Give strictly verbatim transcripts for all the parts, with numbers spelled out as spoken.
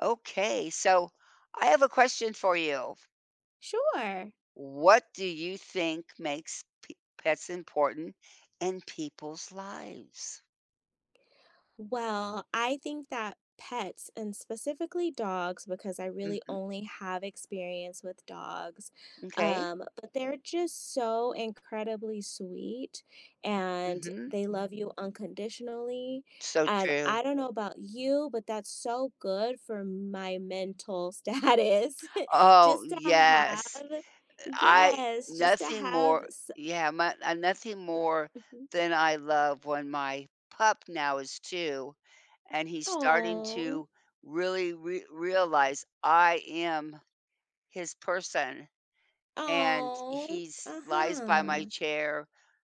Okay, so I have a question for you. Sure. What do you think makes pe pets important in people's lives? Well, I think that pets and specifically dogs, because I really Hmm. only have experience with dogs, Okay. um, but they're just so incredibly sweet and Hmm. they love you unconditionally. So And true. I don't know about you, but that's so good for my mental status Oh, just to yes. have, I yes, just to Nothing have. more. Yeah, my, uh, nothing more than I love when my pup now is two and he's starting Oh. to really re realize I am his person and Oh, he's lies by my uh-huh. chair,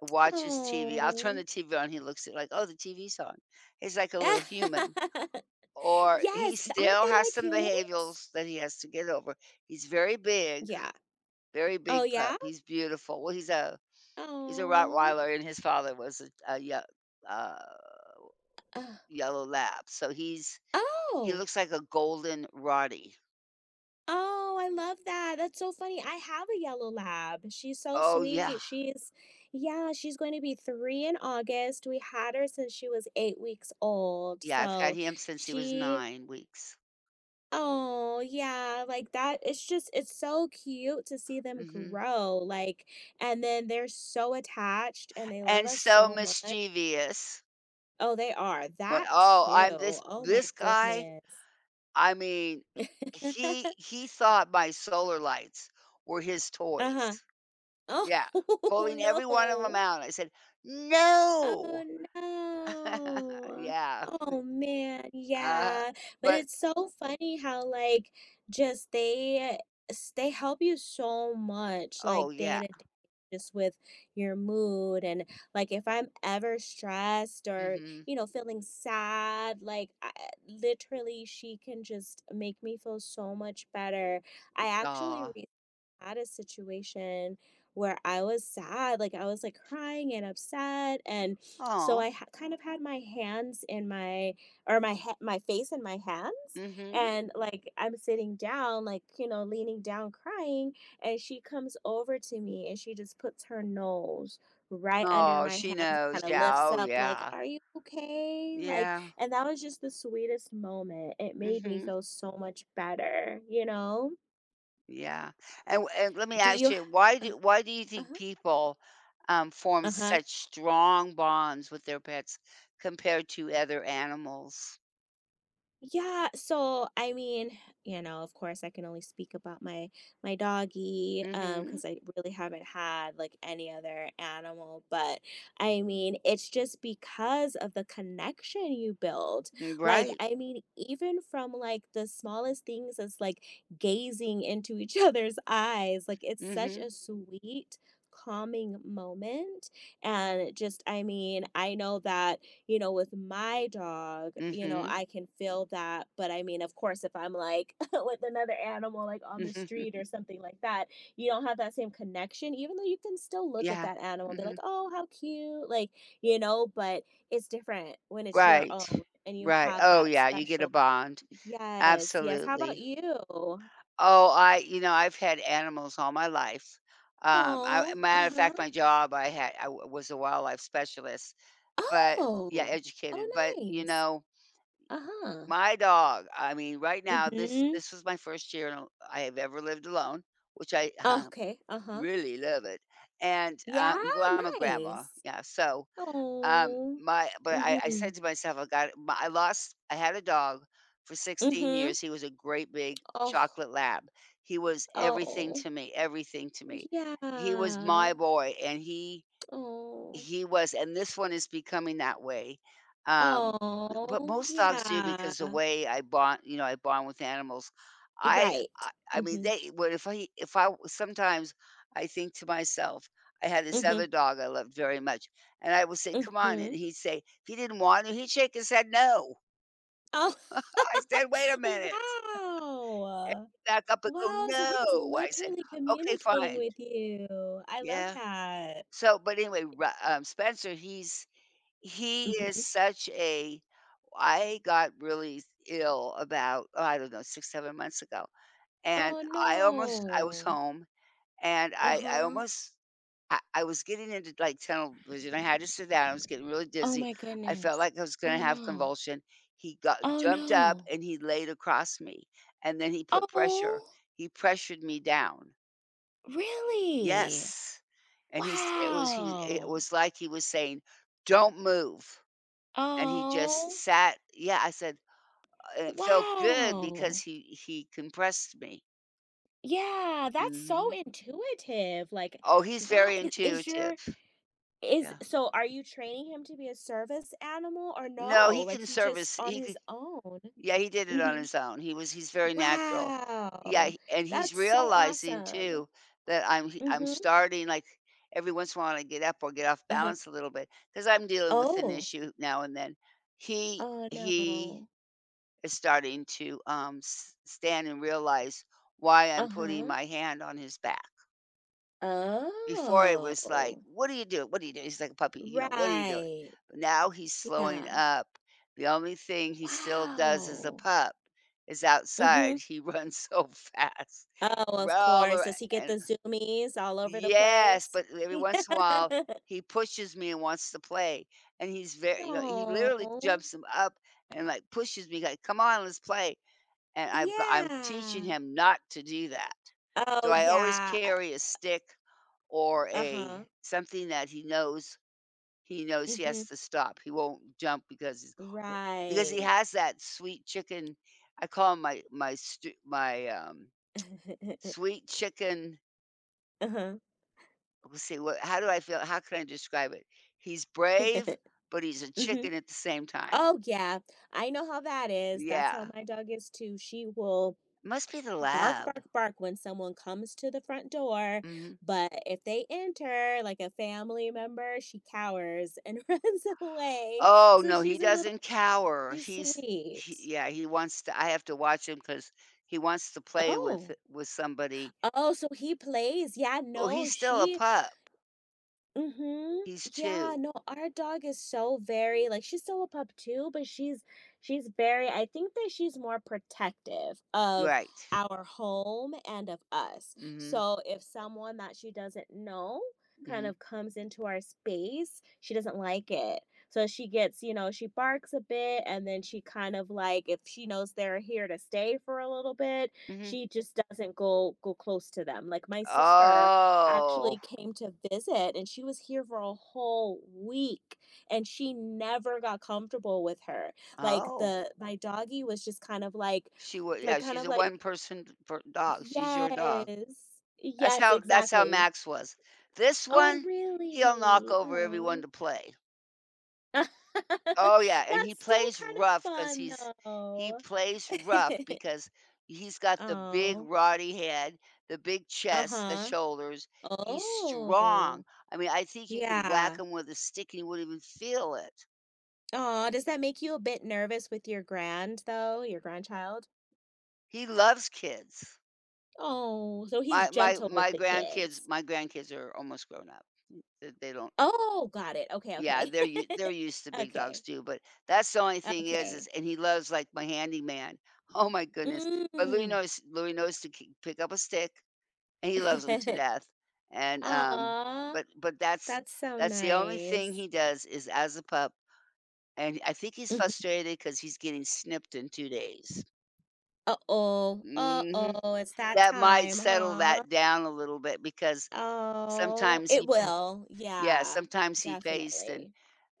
watches T V. I'll turn Oh. the T V on, he looks at like, "Oh, the T V's on." He's like a little human. Or he Yes, aren't still they has like some humans? behaviors that he has to get over. He's very big, Yeah. very Oh, big pup. yeah? He's beautiful. Well, he's a he's a Oh. Rottweiler and his father was a, a ye- uh, Ugh. yellow lab. So he's he Oh! looks like a golden Rottie. Oh, I love that. That's so funny. I have a yellow lab. She's so Oh yeah. sweet. She's Yeah, she's going to be three in August. We had her since she was eight weeks old, Yeah, I've had so him since he was she nine weeks. Oh, yeah, like, that it's just it's so cute to see them Mhm. grow, like and then they're so attached and they love And us so so much. mischievous. Oh, they are. When That oh, too. I'm this Oh my this guy, goodness. I mean, he he thought my solar lights were his Uh-huh. toys. Yeah, Oh, pulling every one of them no. out. I said, Oh "No." no. Yeah, Oh man, uh, yeah. But but it's so funny how like just they s- they help you so much oh, like day yeah. to day just with your mood and like if I'm ever stressed or mm you know feeling sad like I, literally she can just make me feel so much better. I actually Mhm. had a situation where I was sad, like I was like crying and upset, and so Oh. I ha- kind of had my hands in my or my he- my face in my mm hands, Mhm. and like I'm sitting down, like you know, leaning down, crying, and she comes over to me and she just puts her nose right under Oh, my she hands and knows. kind of Yeah, lifts oh, up like yeah. are you okay like Yeah. and that was just the sweetest moment it mm made me Mhm. feel so much better you know Yeah, and and let me do ask you you, why Uh, do why do you think uh-huh. people, um, form Uh-huh. such strong bonds with their pets compared to other animals? Yeah, so I mean, you know, of course I can only speak about my my doggy um, Mhm. because I really haven't had like any other animal, but I mean, it's just because of the connection you build. Mm, Like, right. I mean, even from like the smallest things as like gazing into each other's eyes, like it's such Mhm. a sweet calming moment and just I mean, I know that you know, with my dog, you know, Mm. I can feel that. But I mean, of course, if I'm like with another animal, like on the Mhm. street or something like that, you don't have that same connection, even though you can still look at Yeah. that animal Mm. and be like, Mhm. oh, how cute. Like, you know, but it's different when it's your Right, own and you right, have oh, that yeah, you get a special. bond, Yes. Yes. How about absolutely. you? Oh, I you know, I've had animals all my life, um, I Oh, uh matter of huh. fact, my job, I had I w was a wildlife specialist, but yeah, Oh, oh, educated, but, you nice. know. Uh huh. My dog, I mean, right Mm now, this hmm. this was my first year in a I have ever lived alone, which I, uh, Okay. Uh huh. really love it, and, Yeah. um well, I'm a grandma, Nice. yeah, so, um, Oh. my but I I Mhm. said to myself, I got my I lost I had a dog for sixteen Mhm. years, he was a great big Oh. chocolate lab. He was everything Oh. to me, everything to me. Yeah. He was my boy, and he Oh. he was, and this one is becoming that way. Um, but Oh. most dogs do because the Yeah. way I bond you know, I bond with animals. I right. I I mean, Mhm. they well, if I if I sometimes I think to myself, I had this other Mhm. dog I loved very much, and I would say, "Come on," and Mhm. he'd say if he didn't want to, he'd shake his head, "No." Oh. I said, "Wait a minute," and Wow. he'd back up and go, Wow, so he was "No." I said, literally "Okay, communicating fine." with you. I love Yeah. that. So, but anyway, Ru um, Spencer, he's he is Mhm. such a I got really ill about, oh, I don't know, six, seven months ago, and Oh, I almost I was no. home, and I I Uh-huh. almost I I was getting into, like, tunnel vision, I had to sit down, I was getting really Oh dizzy, my I felt goodness. like I was gonna Oh, have no. convulsion. He got Oh, jumped up, no. and he laid across me, and then he put pressure Oh. he pressured me down. Really? Yes, and he's it was he it Wow. was like he was saying, "Don't move." And he just Oh, sat yeah, I said and it felt good because wow. he he compressed me. Yeah, that's so Mhm. intuitive. Like, Oh, he's wow, very I- is intuitive. your is Yeah. so are you training him to be a service animal or no? No, he Like can he just service on he c his own. yeah, he did it on Mm-hmm. his own. He was he's very natural. Yeah, Wow. he and he's That's so realizing awesome. too that I'm he I'm Mm-hmm. starting, like, every once in a while I get up or get off Uh-huh. balance a little bit because 'cause I'm dealing with an Oh. issue now and then. He Oh he no. is starting to, um, s stand and realize why I'm putting Uh-huh. my hand on his back. Before it was like, Oh. "What are you doing? What are you doing?" He's like a puppy, you know, "What are you doing?" Right. But now he's slowing Yeah. up. The only thing he still does as a Wow. pup is outside. Mhm. He runs so fast. Oh, of Well, course. ar Does he get and the zoomies all over the yes, place? but every once in a while, he pushes me and wants to play, and he's very Yeah. you know, he literally Oh. jumps him up and, like, pushes me, like, "Come on, let's play." And I've go I'm teaching Yeah. him not to do that. So Oh, I always yeah. I carry a stick or a Uh-huh. something that he knows he knows he has Mhm. to stop. He won't jump because he's w because he Right. has that sweet chicken I call him my my stu my, um, sweet chicken Uh-huh. let's see, what how do I feel how can I describe it? He's brave, but he's a Mhm. chicken at the same time. Oh, yeah. I know how that is. That's how Yeah. my dog is too. She will Must be the bark, lab. bark, bark when someone comes to the front door. Mhm. But if they enter, like a family member, she cowers and runs away. Oh, So no, he she's a little, doesn't cower. she's He's he sweet. yeah, he wants to I have to watch him because he wants to play with Oh, with somebody. oh, so he plays. Yeah, Oh, no, he's still a she pup. Mhm. He's Yeah, two. no, our dog is so very like she's still a pup too, but she's she's very I think that she's more protective of Right. our home and of us. mm So if someone that she doesn't know kind Mhm. of comes into our space, she doesn't like it. So she gets, you know, she barks a bit and then she kind of like if she knows they're here to stay for a little bit, Mhm. Mhm. she just doesn't go go close to them. Like my sister Oh. actually came to visit and she was here for a whole week and she never got comfortable with her. Like Oh. the my doggy was just kind of like She wa like yeah, kind she's of a one like, person per dog. She's your dog. "Yes. That's Yes, how that's how exactly." Max was. This "Oh, one, he'll knock really? over Aw." everyone to play. That's Oh, yeah, and he still plays kind of rough because fun he's he though. plays rough because he's got the big Oh. Roddy head, the big chest, the Uh-huh. shoulders. He's strong. Oh. I mean, I think you could whack Yeah. him with a stick and he wouldn't even feel it. Aw, does that make you a bit nervous with your grand though, your grandchild? He loves kids. Oh, so he's My my gentle with my the grandkids kids. my grandkids are almost grown up. They they don't Oh, got it. Okay, yeah, okay. they're u they're used to big dogs Okay. too, but that's the only thing is is Okay. and he loves, like, my handyman. Oh my goodness, but Louis Mm. knows Louis knows to k pick up a stick. And he loves loves 'em to death, and, um, Aw, but but that's that's so that's the only thing nice. he does is as a pup, and I think he's Mhm. frustrated because he's getting snipped in two days. Uh-oh. Mhm. Uh-oh, it's that That might time, settle huh? that down a little bit because Oh, sometimes it he p will. yeah, Yeah, sometimes he paced and definitely.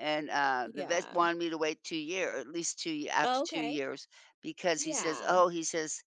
and, uh, the vet Yeah. wanted me to wait two year or at least two ye after two Okay. years because he says, Yeah. "Oh," he says,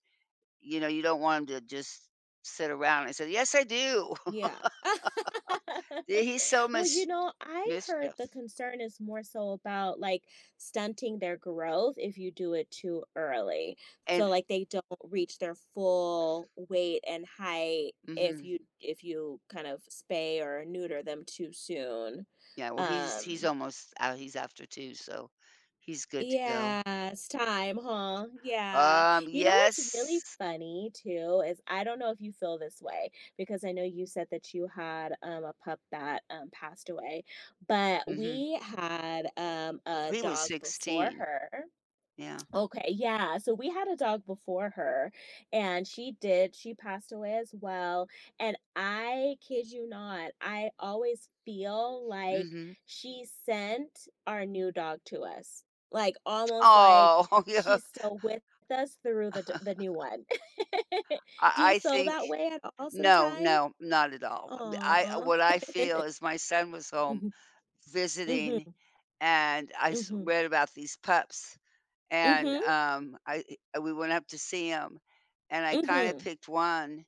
"you know, you don't want him to just sit around." I said, "Yes, I do." Yeah. He's so Well, much you know, I heard mischief. the concern is more so about like stunting their growth if you do it too early. And So like they don't reach their full weight and height if mhm, you if you kind of spay or neuter them too soon. yeah, well, he's he's Um almost out he's after two, so he's good to go. yeah, it's time, huh? Yeah. Um, You know what's really yes. funny too is I don't know if you feel this way because I know you said that you had um, a pup that um, passed away, but Mhm. we had um, a He was dog before sixteen. her Yeah. Okay, yeah. So we had a dog before her and she did, she passed away as well. And I kid you not, I always feel like Mhm. she sent our new dog to us. Like almost like Oh, yeah. she's still with us through the d- the new one. Do I you I feel think that way at all no, sometime? no, not at all. I Aw. what I feel is my son was home Mhm. visiting, Mhm. and I s Mhm. read about these pups, and, Mhm. um, I I- we went up to see him, and I kinda Mhm. picked one.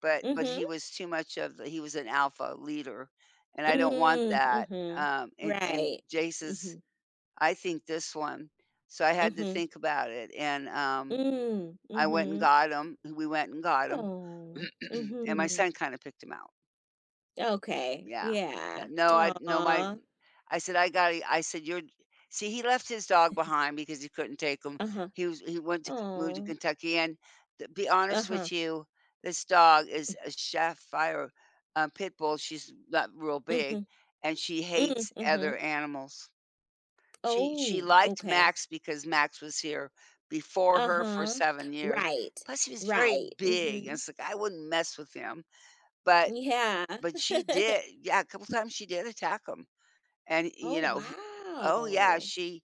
But but Mhm. he was too much of the he was an alpha leader, and I don't want Mm, that. mhm. Um, and and Right. Jace's Mhm, I think this one. So I had to mhm. think about it, and, um, Mm, I went and mhm. got him. We went and got him, Oh, and my son mhm. kinda picked him out. Okay, Yeah. yeah. N No, I no, my Aw. I said, "I gotta." I said, "You're." See, he left his dog behind because he couldn't take him. Uh-huh. He was he went to move to Oh. Kentucky, and to be honest with Uh-huh. you, this dog is a Staffordshire, uh, pit bull, she's not real big, Mhm. and she Mm, hates other mhm. animals. She she Oh, liked okay. Max because Max was here before her for Uh-huh. seven years, Right. plus he was very Right. big, and Mhm. it's like, I wouldn't mess with him, but Yeah. but she did yeah, a couple times she did attack him, and, you Oh, know, he oh, yeah, wow. she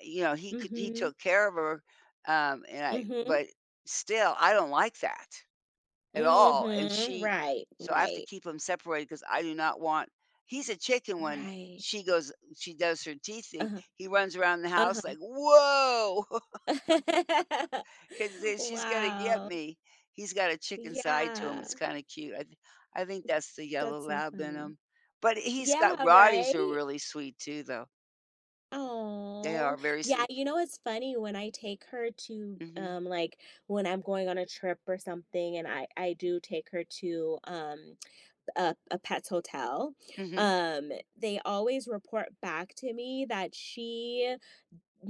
you know, he could he Mhm. took care of her, um, and I Mhm. but still, I don't like that at all, and Mhm. she Right, so I have to right, keep them separated because I do not want he's a chicken when right. she goes she does her teeth thing, Uh-huh. he runs around the house Uh-huh. like, "Whoa!" 'Cause she's gonna get Wow. me. He's got a chicken side to him, Yeah, it's kinda cute. I th I think that's the yellow that's so lab in funny. him. But he's got Yeah, Rotties are right? really sweet too, though. They Oh, are very yeah. sweet. You know, it's funny when I take her to, Mhm. um, like when I'm going on a trip or something, and I I do take her to um a a pet's hotel. Mhm. Um, they always report back to me that she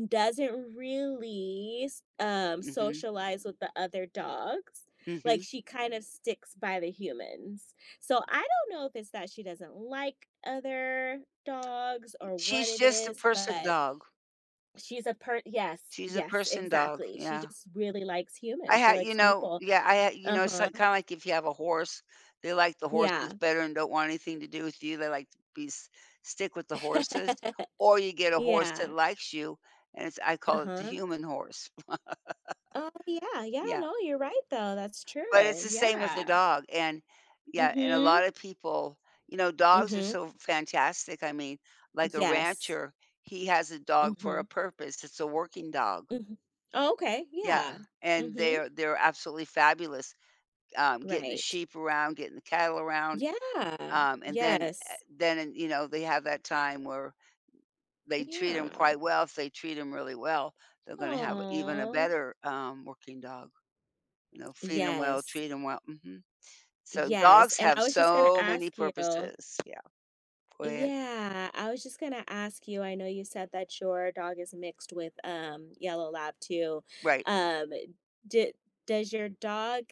doesn't really um Mhm. socialize with the other dogs like Mhm. she kind of sticks by the humans, so I don't know if it's that she doesn't like other dogs or what She's it just a is, person but dog. she's a per yes, She's a yes, person dog, exactly, she yeah. just really likes I humans, she had you likes know people. yeah, I had you know, it's Uh-huh. like kinda like if you have a horse, they like the horses Yeah. better and don't want anything to do with you, they like to be s stick with the horses, or you get a horse that Yeah. likes you, and it's I call it the Uh-huh. human horse. Oh, yeah. Yeah, Yeah, no, you're right though, that's but it's true. the same with the Yeah. dog, and yeah, and a lot Mm-hmm. of people you know, dogs are Mm-hmm. so fantastic, I mean, like a Yes. rancher, he has a dog for a Mhm, purpose, it's a working dog. mhm. Oh, okay, Yeah, yeah. and Mhm, they're they're absolutely fabulous. Um, getting the right. sheep around, getting the cattle around, Yeah, um, and then eh, yes, then, you know, they have that time where they treat them yeah. quite well. If they treat them really well, they're gonna have even a Aw. better, um, working dog, you know, feed them well, Yes, treat them well, mhm. So yes, dogs and have I was just gonna so many ask you purposes. Yeah, go ahead. yeah, I was just gonna ask you, I know you said that your dog is mixed with, um, yellow lab too, Right. um, Did does your dog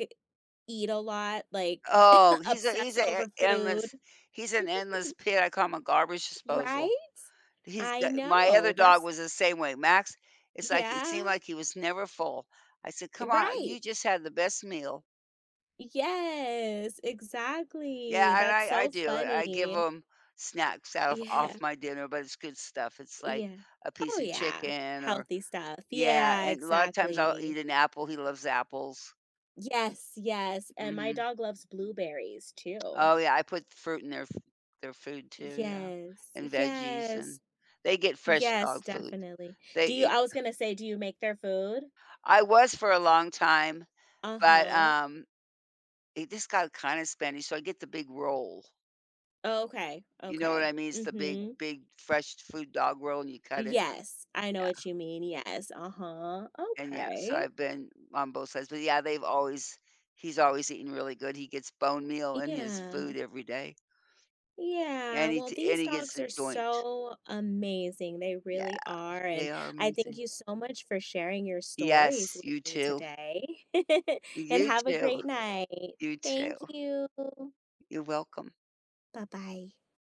eat a lot, like, Oh, he's a he's obsess a e over food? endless he's an endless pit. I call him a garbage Right? disposal. He's I the my other know, dog that's was the same way. Max, it's like it seemed yeah. like he was never full. I said, "Come on, Right. you just had the best meal." Yes, exactly. Yeah, and That's I I so do. I give funny. him snacks out of off Yeah. my dinner, but it's good stuff. It's like Yeah. a piece Oh, of yeah. chicken or Healthy stuff. yeah, Yeah, and a lot of times I'll exactly. eat an apple. He loves apples. Yes, yes. And my Mhm. dog loves blueberries too. Oh, yeah, I put fruit in their f their food too, yeah, Yes. and veggies, and Yes. they get fresh Yes, dog food. definitely. Do They you eh, I was gonna say, do you make their food? I was for a long time, but, Uh-huh. um, it just got kinda Spanish, so I get the big roll. Oh, okay. You know what I Okay. mean? It's the big, Mm-hmm. big fresh food dog roll, and you cut it. Yes. I know Yeah, what you mean. Yes. Uh-huh. and yeah, so Okay. I've been on both sides, but yeah, they've always he's always eating really good. He gets bone meal in his food Yeah. every day, Yeah, and he well, t and these he gets dogs the are joint. so amazing. They Yeah, really are. they And are I thank amazing. you so much for sharing your stories Yes, with you me too. today. And You have a too. great night. You too. Thank you. You're welcome. Bye bye.